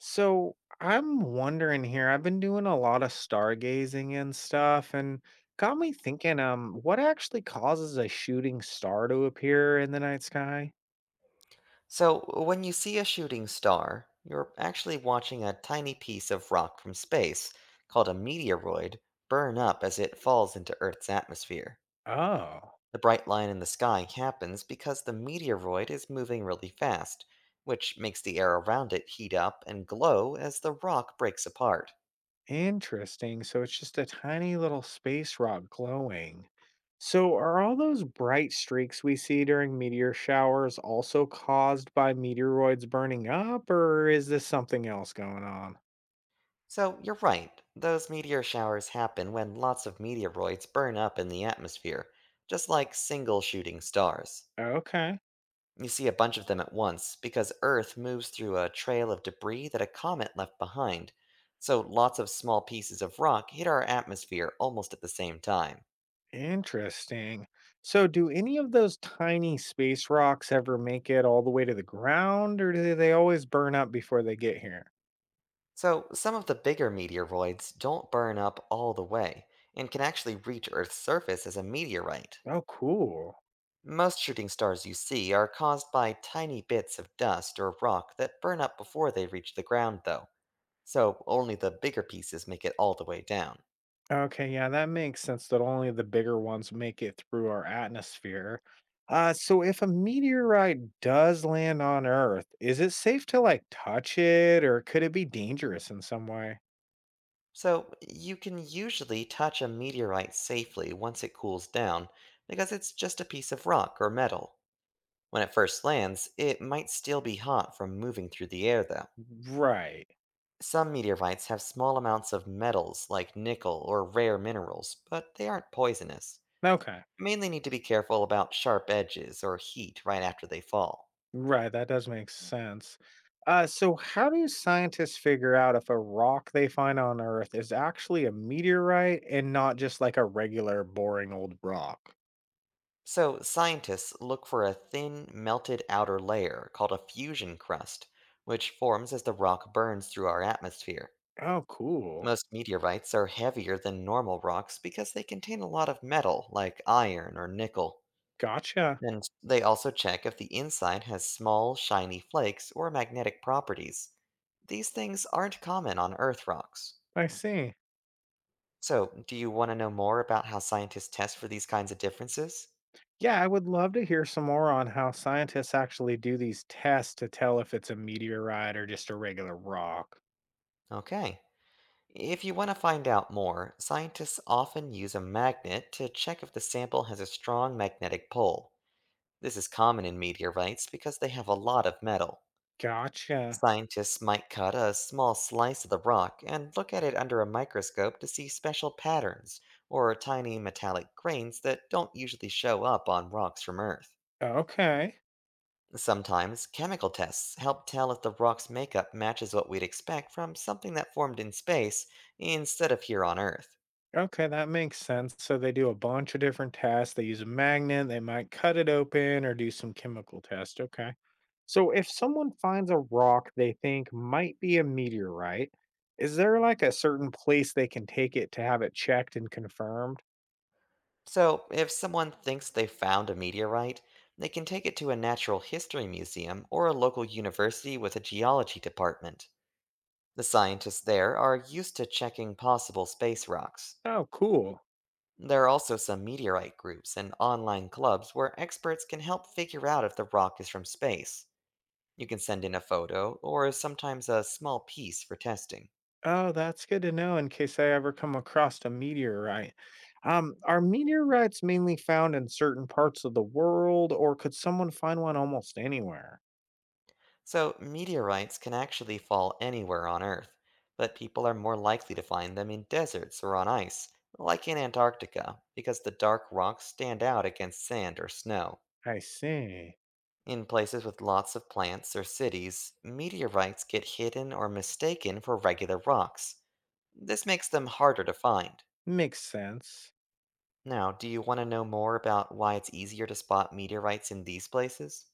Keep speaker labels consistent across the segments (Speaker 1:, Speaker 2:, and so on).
Speaker 1: So I'm wondering here, I've been doing a lot of stargazing and stuff and got me thinking, what actually causes a shooting star to appear in the night sky?
Speaker 2: So, when you see a shooting star, you're actually watching a tiny piece of rock from space, called a meteoroid, burn up as it falls into Earth's atmosphere.
Speaker 1: Oh,
Speaker 2: The bright line in the sky happens because the meteoroid is moving really fast, which makes the air around it heat up and glow as the rock breaks apart.
Speaker 1: interesting. So it's just a tiny little space rock glowing. So are all those bright streaks we see during meteor showers also caused by meteoroids burning up, or is this something else going on?
Speaker 2: So, you're right, those meteor showers happen when lots of meteoroids burn up in the atmosphere, just like single shooting stars.
Speaker 1: Okay.
Speaker 2: You see a bunch of them at once because Earth moves through a trail of debris that a comet left behind, so lots of small pieces of rock hit our atmosphere almost at the same time.
Speaker 1: Interesting. So, do any of those tiny space rocks ever make it all the way to the ground, or do they always burn up before they get here?
Speaker 2: So, some of the bigger meteoroids don't burn up all the way and can actually reach Earth's surface as a meteorite.
Speaker 1: Oh, cool.
Speaker 2: Most shooting stars you see are caused by tiny bits of dust or rock that burn up before they reach the ground, though, so only the bigger pieces make it all the way down.
Speaker 1: Okay, yeah, that makes sense that only the bigger ones make it through our atmosphere. So if a meteorite does land on Earth, is it safe to like touch it, or could it be dangerous in some way?
Speaker 2: So, you can usually touch a meteorite safely once it cools down because it's just a piece of rock or metal. When it first lands, it might still be hot from moving through the air, though.
Speaker 1: Right.
Speaker 2: Some meteorites have small amounts of metals like nickel or rare minerals, but they aren't poisonous.
Speaker 1: Okay.
Speaker 2: You mainly need to be careful about sharp edges or heat right after they fall.
Speaker 1: Right, that does make sense. So, how do scientists figure out if a rock they find on Earth is actually a meteorite and not just like a regular boring old rock?
Speaker 2: So, scientists look for a thin, melted outer layer called a fusion crust, which forms as the rock burns through our atmosphere.
Speaker 1: Oh, cool.
Speaker 2: Most meteorites are heavier than normal rocks because they contain a lot of metal, like iron or nickel.
Speaker 1: Gotcha.
Speaker 2: And they also check if the inside has small, shiny flakes or magnetic properties. These things aren't common on Earth rocks.
Speaker 1: I see.
Speaker 2: So, do you want to know more about how scientists test for these kinds of differences?
Speaker 1: Yeah, I would love to hear some more on how scientists actually do these tests to tell if it's a meteorite or just a regular rock.
Speaker 2: Okay. If you want to find out more, scientists often use a magnet to check if the sample has a strong magnetic pole. This is common in meteorites because they have a lot of metal.
Speaker 1: Gotcha.
Speaker 2: Scientists might cut a small slice of the rock and look at it under a microscope to see special patterns or tiny metallic grains that don't usually show up on rocks from Earth.
Speaker 1: Okay.
Speaker 2: Sometimes chemical tests help tell if the rock's makeup matches what we'd expect from something that formed in space instead of here on Earth.
Speaker 1: Okay, that makes sense. So they do a bunch of different tests. They use a magnet, they might cut it open or do some chemical test. Okay. So if someone finds a rock they think might be a meteorite, is there like a certain place they can take it to have it checked and confirmed?
Speaker 2: So, if someone thinks they found a meteorite, they can take it to a natural history museum or a local university with a geology department. The scientists there are used to checking possible space rocks.
Speaker 1: Oh, cool.
Speaker 2: There are also some meteorite groups and online clubs where experts can help figure out if the rock is from space. You can send in a photo or sometimes a small piece for testing.
Speaker 1: Oh, that's good to know in case I ever come across a meteorite. Are meteorites mainly found in certain parts of the world, or could someone find one almost anywhere?
Speaker 2: So, meteorites can actually fall anywhere on Earth, but people are more likely to find them in deserts or on ice, like in Antarctica, because the dark rocks stand out against sand or snow.
Speaker 1: I see.
Speaker 2: In places with lots of plants or cities, meteorites get hidden or mistaken for regular rocks. This makes them harder to find.
Speaker 1: Makes sense.
Speaker 2: Now, do you want to know more about why it's easier to spot meteorites in these places?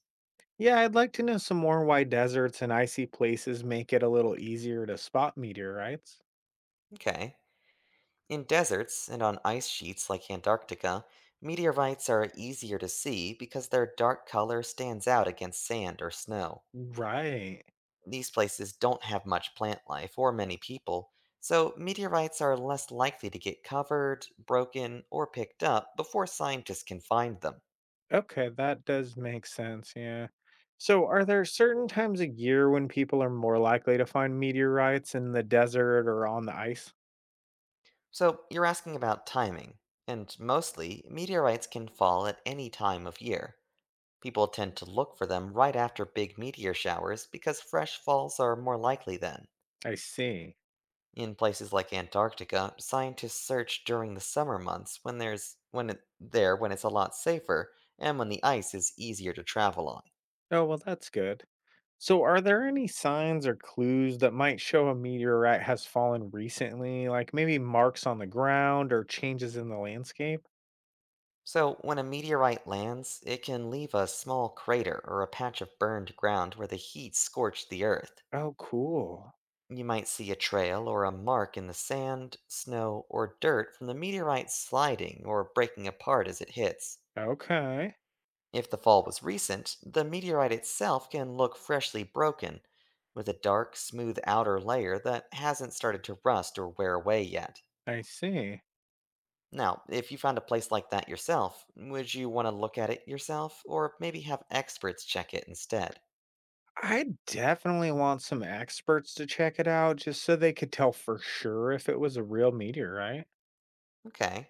Speaker 1: Yeah, I'd like to know some more why deserts and icy places make it a little easier to spot meteorites.
Speaker 2: Okay. In deserts and on ice sheets like Antarctica, meteorites are easier to see because their dark color stands out against sand or snow.
Speaker 1: Right.
Speaker 2: These places don't have much plant life or many people, so meteorites are less likely to get covered, broken, or picked up before scientists can find them.
Speaker 1: Okay, that does make sense. Yeah. So, are there certain times of year when people are more likely to find meteorites in the desert or on the ice?
Speaker 2: So, you're asking about timing, and mostly, meteorites can fall at any time of year. People tend to look for them right after big meteor showers because fresh falls are more likely then.
Speaker 1: I see.
Speaker 2: In places like Antarctica, scientists search during the summer months when there's when it, there when it's a lot safer and when the ice is easier to travel on.
Speaker 1: Oh, well, that's good. So, are there any signs or clues that might show a meteorite has fallen recently, like maybe marks on the ground or changes in the landscape?
Speaker 2: So when a meteorite lands, it can leave a small crater or a patch of burned ground where the heat scorched the earth.
Speaker 1: Oh, cool.
Speaker 2: You might see a trail or a mark in the sand, snow, or dirt from the meteorite sliding or breaking apart as it hits.
Speaker 1: Okay,
Speaker 2: If the fall was recent, the meteorite itself can look freshly broken, with a dark, smooth outer layer that hasn't started to rust or wear away yet.
Speaker 1: I see.
Speaker 2: Now, if you found a place like that yourself, would you want to look at it yourself, or maybe have experts check it instead?
Speaker 1: I definitely want some experts to check it out just so they could tell for sure if it was a real meteorite.
Speaker 2: Okay.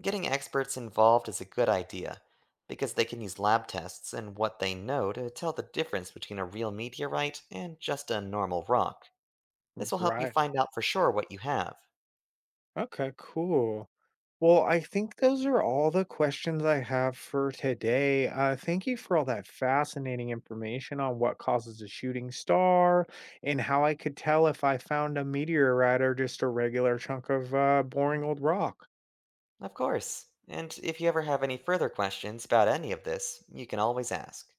Speaker 2: Getting experts involved is a good idea, because they can use lab tests and what they know to tell the difference between a real meteorite and just a normal rock. This will help you
Speaker 1: Right.
Speaker 2: find out for sure what you have.
Speaker 1: Okay, cool. Well, I think those are all the questions I have for today. Thank you for all that fascinating information on what causes a shooting star and how I could tell if I found a meteorite or just a regular chunk of boring old rock.
Speaker 2: Of course. And if you ever have any further questions about any of this, you can always ask.